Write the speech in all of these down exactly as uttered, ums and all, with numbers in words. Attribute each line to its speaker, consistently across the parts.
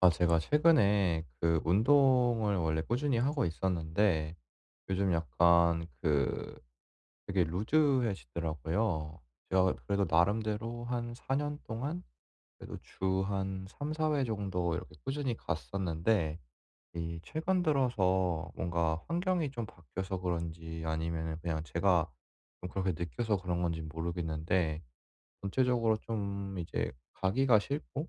Speaker 1: 아, 제가 최근에 그 운동을 원래 꾸준히 하고 있었는데 요즘 약간 그 되게 루즈해지더라고요. 제가 그래도 나름대로 한 사 년 동안 그래도 주 한 삼사 회 정도 이렇게 꾸준히 갔었는데, 이 최근 들어서 뭔가 환경이 좀 바뀌어서 그런지 아니면은 그냥 제가 좀 그렇게 느껴서 그런 건지 모르겠는데, 전체적으로 좀 이제 가기가 싫고,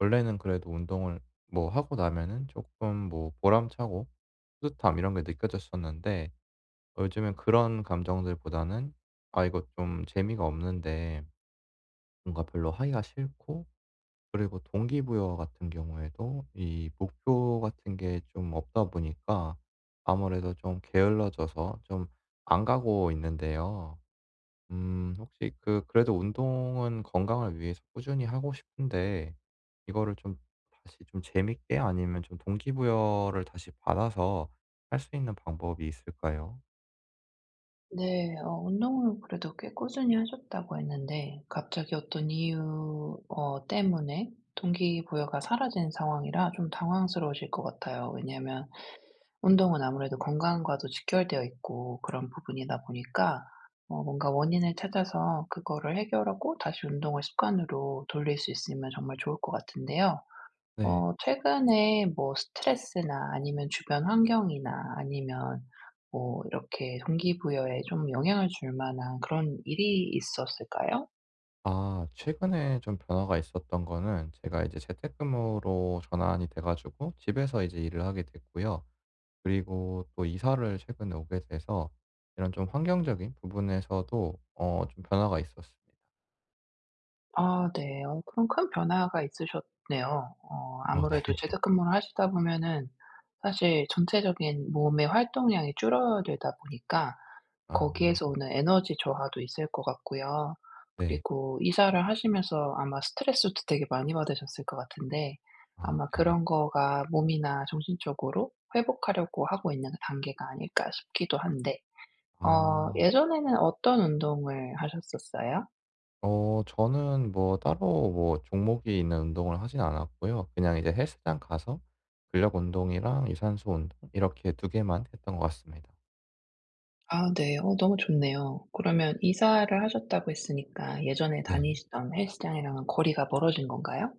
Speaker 1: 원래는 그래도 운동을 뭐 하고 나면은 조금 뭐 보람차고 뿌듯함 이런 게 느껴졌었는데, 어 요즘엔 그런 감정들보다는 '아 이거 좀 재미가 없는데, 뭔가 별로 하기가 싫고, 그리고 동기부여 같은 경우에도 이 목표 같은 게 좀 없다 보니까 아무래도 좀 게을러져서 좀 안 가고 있는데요. 음 혹시 그 그래도 운동은 건강을 위해서 꾸준히 하고 싶은데, 이거를 좀 다시 좀 재밌게 아니면 좀 동기부여를 다시 받아서 할 수 있는 방법이 있을까요?
Speaker 2: 네. 어 운동을 그래도 꽤 꾸준히 하셨다고 했는데 갑자기 어떤 이유 어 때문에 동기부여가 사라진 상황이라 좀 당황스러우실 것 같아요. 왜냐하면 운동은 아무래도 건강과도 직결되어 있고 그런 부분이다 보니까 어 뭔가 원인을 찾아서 그거를 해결하고 다시 운동을 습관으로 돌릴 수 있으면 정말 좋을 것 같은데요.
Speaker 1: 네.
Speaker 2: 어 최근에 뭐 스트레스나 아니면 주변 환경이나 아니면 뭐 이렇게 동기부여에 좀 영향을 줄 만한 그런 일이 있었을까요?
Speaker 1: 아, 최근에 좀 변화가 있었던 거는 제가 이제 재택근무로 전환이 돼 가지고 집에서 이제 일을 하게 됐고요. 그리고 또 이사를 최근에 오게 돼서 이런 좀 환경적인 부분에서도 어 좀 변화가 있었습니다.
Speaker 2: 아, 네. 어 그럼 큰 변화가 있으셨네요. 어
Speaker 1: 어 네.
Speaker 2: 아무래도 재택근무를 하시다 보면은 사실 전체적인 몸의 활동량이 줄어들다 보니까
Speaker 1: 아
Speaker 2: 거기에서 오는 에너지 저하도 있을 것 같고요.
Speaker 1: 네.
Speaker 2: 그리고 이사를 하시면서 아마 스트레스도 되게 많이 받으셨을 것 같은데,
Speaker 1: 아
Speaker 2: 아마
Speaker 1: 네네.
Speaker 2: 그런 거가 몸이나 정신적으로 회복하려고 하고 있는 단계가 아닐까 싶기도 한데, 어
Speaker 1: 아.
Speaker 2: 예전에는 어떤 운동을 하셨었어요?
Speaker 1: 어 저는 뭐 따로 뭐 종목이 있는 운동을 하진 않았고요. 그냥 이제 헬스장 가서 근력 운동이랑 유산소 운동 이렇게 두 개만 했던 것 같습니다.
Speaker 2: 아, 네. 어 너무 좋네요. 그러면 이사를 하셨다고 했으니까 예전에
Speaker 1: 네.
Speaker 2: 다니시던 헬스장이랑은 거리가 멀어진 건가요?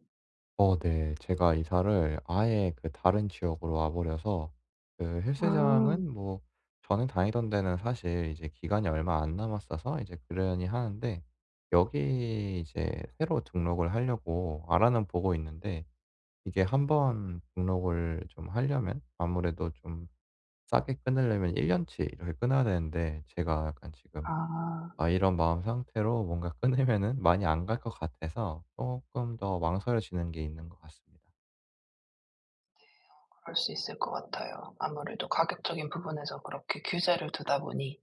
Speaker 1: 어 네. 제가 이사를 아예 그 다른 지역으로 와 버려서 그
Speaker 2: 아.
Speaker 1: 헬스장은 뭐, 저는 다니던 데는 사실 이제 기간이 얼마 안 남았어서 이제 그러니 하는데, 여기 이제 새로 등록을 하려고 알아는 보고 있는데, 이게 한번 등록을 좀 하려면 아무래도 좀 싸게 끊으려면 1 년치 이렇게 끊어야 되는데 제가 약간 지금,
Speaker 2: 아.
Speaker 1: 아 이런 마음 상태로 뭔가 끊으면은 많이 안 갈 것 같아서 쪼끔 더 망설여지는 게 있는 것 같습니다.
Speaker 2: 그럴 수 있을 것 같아요. 아무래도 가격적인 부분에서 그렇게 규제를 두다 보니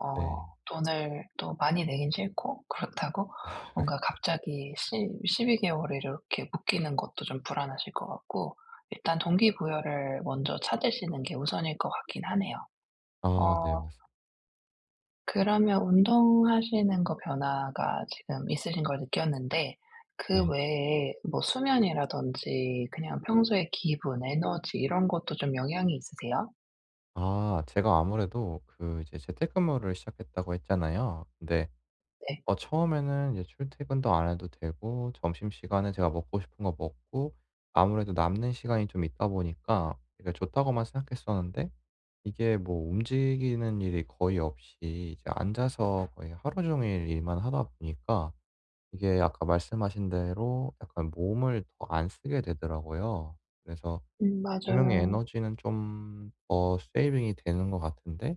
Speaker 2: 어
Speaker 1: 네.
Speaker 2: 돈을 또 많이 내긴 싫고, 그렇다고 뭔가 갑자기 시 십이 개월을 이렇게 묶이는 것도 좀 불안하실 것 같고, 일단 동기부여를 먼저 찾으시는 게 우선일 것 같긴 하네요.
Speaker 1: 아 네,
Speaker 2: 어
Speaker 1: 맞습니다.
Speaker 2: 그러면 운동하시는 거 변화가 지금 있으신 걸 느꼈는데, 그
Speaker 1: 네.
Speaker 2: 외에 뭐 수면이라든지 그냥 평소의 기분, 에너지 이런 것도 좀 영향이 있으세요?
Speaker 1: 아, 제가 아무래도 그 이제 재택근무를 시작했다고 했잖아요. 근데
Speaker 2: 네.
Speaker 1: 어 처음에는 이제 출퇴근도 안 해도 되고 점심시간에 제가 먹고 싶은 거 먹고 아무래도 남는 시간이 좀 있다 보니까 이게 좋다고만 생각했었는데, 이게 뭐 움직이는 일이 거의 없이 이제 앉아서 거의 하루 종일 일만 하다 보니까 이게 아까 말씀하신 대로 약간 몸을 더 안 쓰게 되더라고요. 그래서
Speaker 2: 음
Speaker 1: 분명히
Speaker 2: 맞아요.
Speaker 1: 에너지는 좀 더 세이빙이 되는 것 같은데,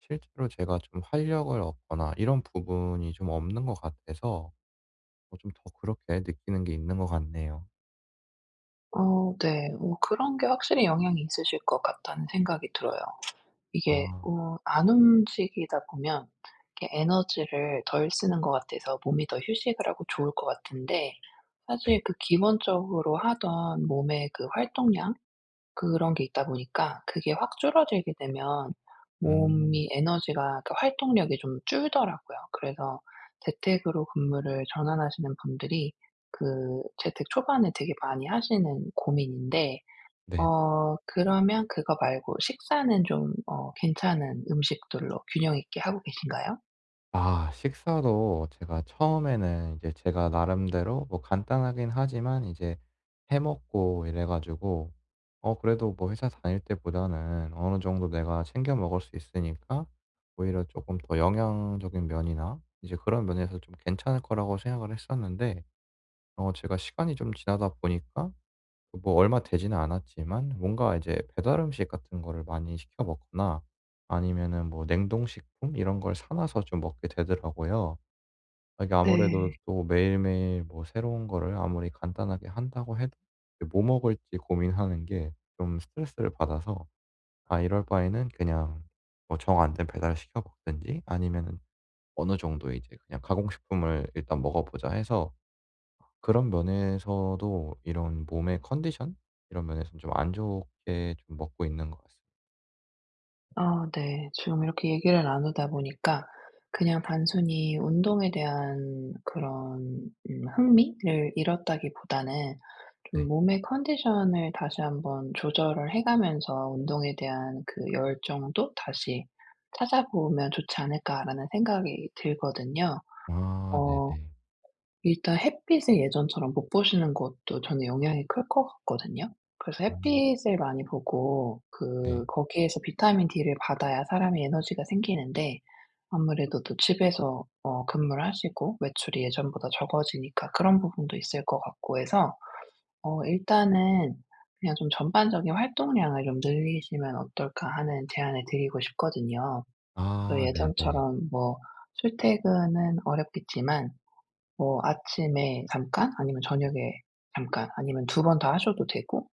Speaker 1: 실제로 제가 좀 활력을 얻거나 이런 부분이 좀 없는 것 같아서 어 좀 더 그렇게 느끼는 게 있는 것 같네요.
Speaker 2: 어 네. 어 그런 게 확실히 영향이 있으실 것 같다는 생각이 들어요. 이게
Speaker 1: 아
Speaker 2: 어 안 움직이다 보면 이렇게 에너지를 덜 쓰는 것 같아서 몸이 더 휴식을 하고 좋을 것 같은데,
Speaker 1: 네.
Speaker 2: 사실 그 기본적으로 하던 몸의 그 활동량, 그런 게 있다 보니까 그게 확 줄어들게 되면
Speaker 1: 음.
Speaker 2: 몸이 에너지가, 그러니까 활동력이 좀 줄더라고요. 그래서 재택으로 근무를 전환하시는 분들이 그 재택 초반에 되게 많이 하시는 고민인데,
Speaker 1: 네.
Speaker 2: 어 그러면 그거 말고 식사는 좀 어 괜찮은 음식들로 균형 있게 하고 계신가요?
Speaker 1: 아, 식사도 제가 처음에는 이제 제가 나름대로 뭐 간단하긴 하지만 이제 해 먹고 이래 가지고 어 그래도 뭐 회사 다닐 때보다는 어느 정도 내가 챙겨 먹을 수 있으니까 오히려 조금 더 영양적인 면이나 이제 그런 면에서 좀 괜찮을 거라고 생각을 했었는데, 어 제가 시간이 좀 지나다 보니까 뭐 얼마 되지는 않았지만 뭔가 이제 배달 음식 같은 거를 많이 시켜 먹거나 아니면은 뭐 냉동식품 이런 걸 사 놔서 좀 먹게 되더라고요. 이게 아무래도
Speaker 2: 네.
Speaker 1: 또 매일매일 뭐 새로운 거를 아무리 간단하게 한다고 해도 이뭐 먹을지 고민하는 게 좀 스트레스를 받아서, 아 이럴 바에는 그냥 뭐 정 안된 배달을 시켜 먹든지 아니면은 어느 정도 이제 그냥 가공식품을 일단 먹어 보자 해서 그런 면에서도 이런 몸의 컨디션 이런 면에서는 좀 안 좋게 좀 먹고 있는 것 같습니다.
Speaker 2: 아, 네. 지금 이렇게 얘기를 나누다 보니까 그냥 단순히 운동에 대한 그런 음 흥미를 잃었다기보다는
Speaker 1: 네.
Speaker 2: 좀 몸의 컨디션을 다시 한번 조절을 해 가면서 운동에 대한 그 열정도 다시 찾아보면 좋지 않을까라는 생각이 들거든요.
Speaker 1: 아
Speaker 2: 어
Speaker 1: 네네.
Speaker 2: 일단 햇빛을 예전처럼 못 보시는 것도 저는 영향이 클 것 같거든요. 그래서
Speaker 1: 음
Speaker 2: 햇빛을 많이 보고 그
Speaker 1: 네.
Speaker 2: 거기에서 비타민 D를 받아야 사람이 에너지가 생기는데, 아무래도 또 집에서 어 근무를 하시고 외출이 예전보다 적어지니까 그런 부분도 있을 것 같고 해서 어 일단은 그냥 좀 전반적인 활동량을 좀 늘리시면 어떨까 하는 제안을 드리고 싶거든요. 그
Speaker 1: 아 네네.
Speaker 2: 예전처럼 뭐 출퇴근은 어렵겠지만, 뭐 아침에 잠깐, 아니면 저녁에 잠깐, 아니면 두 번 다 하셔도 되고,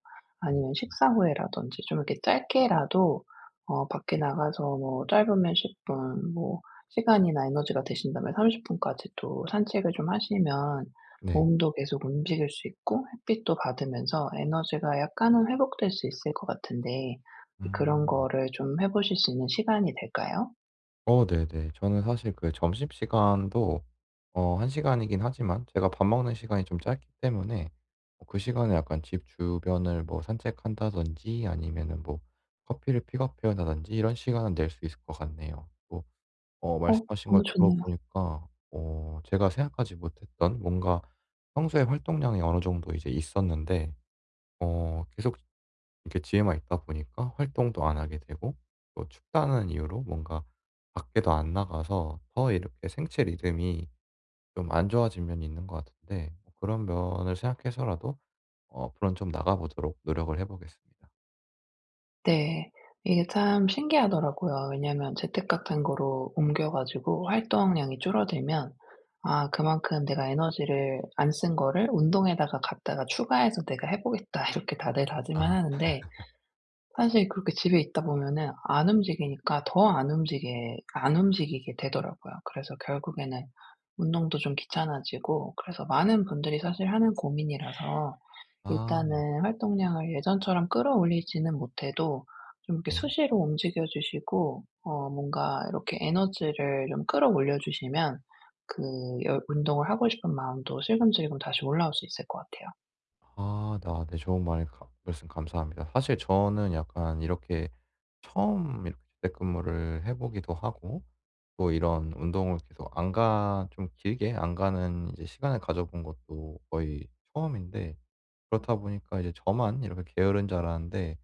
Speaker 1: 음
Speaker 2: 아니면 식사 후에라든지 좀 이렇게 짧게라도 어 밖에 나가서 뭐 짧으면 십 분, 뭐 시간이나 에너지가 되신다면 삼십 분까지 또 산책을 좀 하시면
Speaker 1: 네.
Speaker 2: 몸도 계속 움직일 수 있고 햇빛도 받으면서 에너지가 약간은 회복될 수 있을 것 같은데, 그런
Speaker 1: 음.
Speaker 2: 거를 좀 해 보실 수 있는 시간이 될까요?
Speaker 1: 어 네네. 저는 사실 그 점심시간도 어 한 시간 시간이긴 하지만 제가 밥 먹는 시간이 좀 짧기 때문에 어 그 시간에 약간 집 주변을 뭐 산책한다든지 아니면은 뭐 커피를 픽업해 온다든지 이런 시간은 낼 수 있을 것 같네요. 뭐 어
Speaker 2: 어
Speaker 1: 말씀하신 걸
Speaker 2: 너무 좋네요.
Speaker 1: 들어보니까 어 제가 생각하지 못했던 뭔가 평소에 활동량이 어느 정도 이제 있었는데, 어 계속 이렇게 집에만 있다 보니까 활동도 안 하게 되고 또 춥다는 이유로 뭔가 밖에도 안 나가서 더 이렇게 생체 리듬이 좀 안 좋아진 면이 있는 것 같은데, 뭐 그런 면을 생각해서라도 어 앞으로는 좀 나가 보도록 노력을 해 보겠습니다.
Speaker 2: 네. 이게 참 신기하더라고요. 왜냐면 재택 같은 거로 옮겨 가지고 활동량이 줄어들면, 아, 그만큼 내가 에너지를 안 쓴 거를 운동에다가 갖다가 추가해서 '내가 해 보겠다.' 이렇게 다들 다짐을
Speaker 1: 아.
Speaker 2: 하는데, 사실 그렇게 집에 있다 보면은 안 움직이니까 더 안 움직이게 안 움직이게 되더라고요. 그래서 결국에는 운동도 좀 귀찮아지고, 그래서 많은 분들이 사실 하는 고민이라서
Speaker 1: 아
Speaker 2: 일단은 활동량을 예전처럼 끌어올리지는 못해도 좀 이렇게
Speaker 1: 네.
Speaker 2: 수시로 움직여 주시고 어 뭔가 이렇게 에너지를 좀 끌어올려 주시면 그 여 운동을 하고 싶은 마음도 슬금슬금 다시 올라올 수 있을 것 같아요.
Speaker 1: 아 나 네. 좋은 말 가 말씀 감사합니다. 사실 저는 약간 이렇게 처음 이렇게 재택근무를 해 보기도 하고 또 이런 운동을 계속 안 가 좀 길게 안 가는 이제 시간을 가져 본 것도 거의 처음인데, 그렇다 보니까 이제 저만 이렇게 게으른 줄 알았는데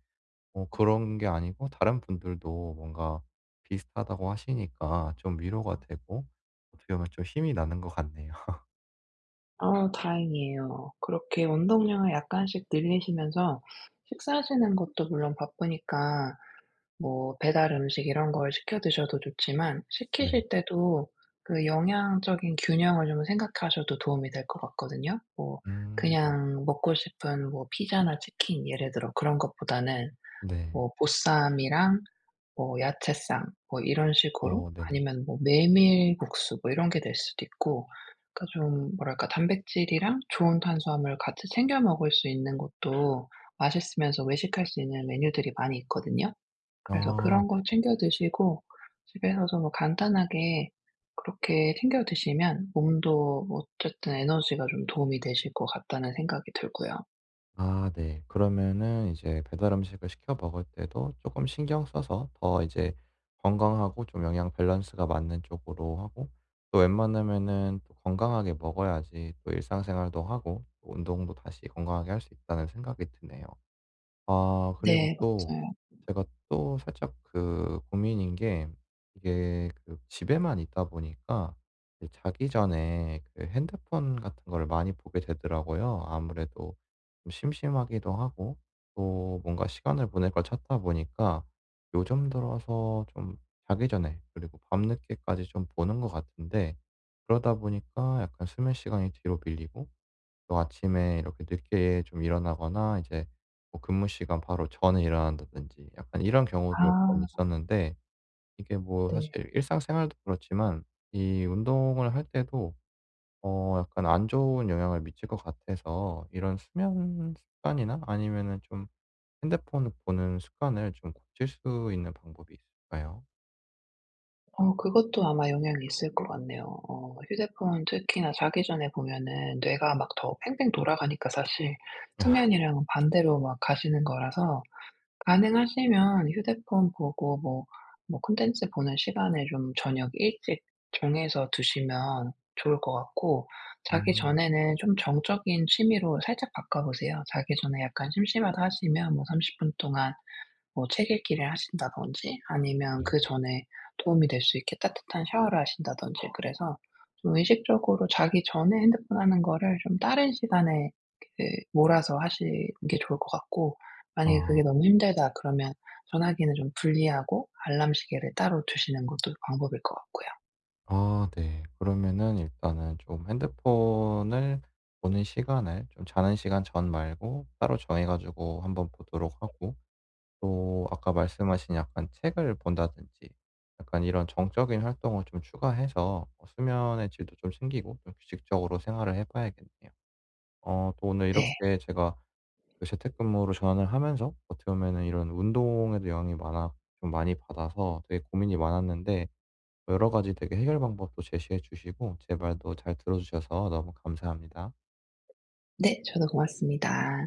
Speaker 1: 어 그런 게 아니고 다른 분들도 뭔가 비슷하다고 하시니까 좀 위로가 되고 어떻게 보면 좀 힘이 나는 것 같네요.
Speaker 2: 아, 다행이에요. 그렇게 운동량을 약간씩 늘리시면서 식사하시는 것도 물론 바쁘니까 뭐 배달 음식 이런 걸 시켜 드셔도 좋지만,
Speaker 1: 네.
Speaker 2: 시키실 때도 그 영양적인 균형을 좀 생각하셔도 도움이 될 것 같거든요. 뭐
Speaker 1: 음.
Speaker 2: 그냥 먹고 싶은 뭐 피자나 치킨 예를 들어 그런 것보다는
Speaker 1: 네.
Speaker 2: 뭐 보쌈이랑 뭐 야채쌈 뭐 이런 식으로,
Speaker 1: 어 네네.
Speaker 2: 아니면 뭐 메밀국수 뭐 이런 게 될 수도 있고, 그러니까 좀 뭐랄까 단백질이랑 좋은 탄수화물 같이 챙겨 먹을 수 있는 것도 맛있으면서 외식할 수 있는 메뉴들이 많이 있거든요. 그래서
Speaker 1: 아.
Speaker 2: 그런 거 챙겨 드시고 집에서도 뭐 간단하게 그렇게 챙겨 드시면 몸도 어쨌든 에너지가 좀 도움이 되실 것 같다는 생각이 들고요.
Speaker 1: 아 네. 그러면은 이제 배달 음식을 시켜 먹을 때도 조금 신경 써서 더 이제 건강하고 좀 영양 밸런스가 맞는 쪽으로 하고, 또 웬만하면은 또 건강하게 먹어야지 또 일상생활도 하고 또 운동도 다시 건강하게 할 수 있다는 생각이 드네요. 아, 그리고
Speaker 2: 네,
Speaker 1: 또
Speaker 2: 맞아요.
Speaker 1: 제가 또 살짝 그 고민인 게, 이게 그 집에만 있다 보니까 이제 자기 전에 그 핸드폰 같은 걸 많이 보게 되더라고요. 아무래도 좀 심심하기도 하고 또 뭔가 시간을 보낼 걸 찾다 보니까 요즘 들어서 좀 자기 전에 그리고 밤늦게까지 좀 보는 것 같은데, 그러다 보니까 약간 수면 시간이 뒤로 밀리고 또 아침에 이렇게 늦게 좀 일어나거나 이제 뭐 근무 시간 바로 전에 일어난다든지 약간 이런 경우도 몇 번
Speaker 2: 아,
Speaker 1: 있었는데, 이게 뭐
Speaker 2: 네.
Speaker 1: 사실 일상생활도 그렇지만 이 운동을 할 때도 어 약간 안 좋은 영향을 미칠 것 같아서 이런 수면 습관이나 아니면은 좀 핸드폰을 보는 습관을 좀 고칠 수 있는 방법이 있을까요?
Speaker 2: 어 그것도 아마 영향이 있을 것 같네요. 어 휴대폰 특히나 자기 전에 보면은 뇌가 막 더 팽팽 돌아가니까, 사실 수면이랑은 반대로 막 가시는 거라서 가능하시면 휴대폰 보고 뭐 뭐 콘텐츠 보는 시간을 좀 저녁 일찍 정해서 두시면 좋을 것 같고, 자기
Speaker 1: 음
Speaker 2: 전에는 좀 정적인 취미로 살짝 바꿔 보세요. 자기 전에 약간 심심하다 하시면 뭐 삼십 분 동안 뭐 책 읽기를 하신다든지, 아니면
Speaker 1: 네.
Speaker 2: 그전에 도움이 될 수 있게 따뜻한 샤워를 하신다든지, 그래서 좀 의식적으로 자기 전에 핸드폰 하는 거를 좀 다른 시간에 그 몰아서 하시는 게 좋을 것 같고, 만약에
Speaker 1: 아.
Speaker 2: 그게 너무 힘들다 그러면 전화기는 좀 분리하고 알람 시계를 따로 두시는 것도 방법일 것 같고요.
Speaker 1: 아 네. 그러면은 일단은 좀 핸드폰을 보는 시간을 좀 자는 시간 전 말고 따로 정해 가지고 한번 보도록 하고, 또 아까 말씀하신 약간 책을 본다든지 약간 이런 정적인 활동을 좀 추가해서 어 수면의 질도 좀 챙기고 좀 규칙적으로 생활을 해 봐야겠네요. 어 또 오늘
Speaker 2: 네.
Speaker 1: 이렇게 제가 그 재택근무로 전환을 하면서 어떻게 보면은 이런 운동에도 영향이 많아 좀 많이 받아서 되게 고민이 많았는데, 여러 가지 되게 해결 방법도 제시해 주시고 제 말도 잘 들어주셔서 너무 감사합니다.
Speaker 2: 네. 저도 고맙습니다.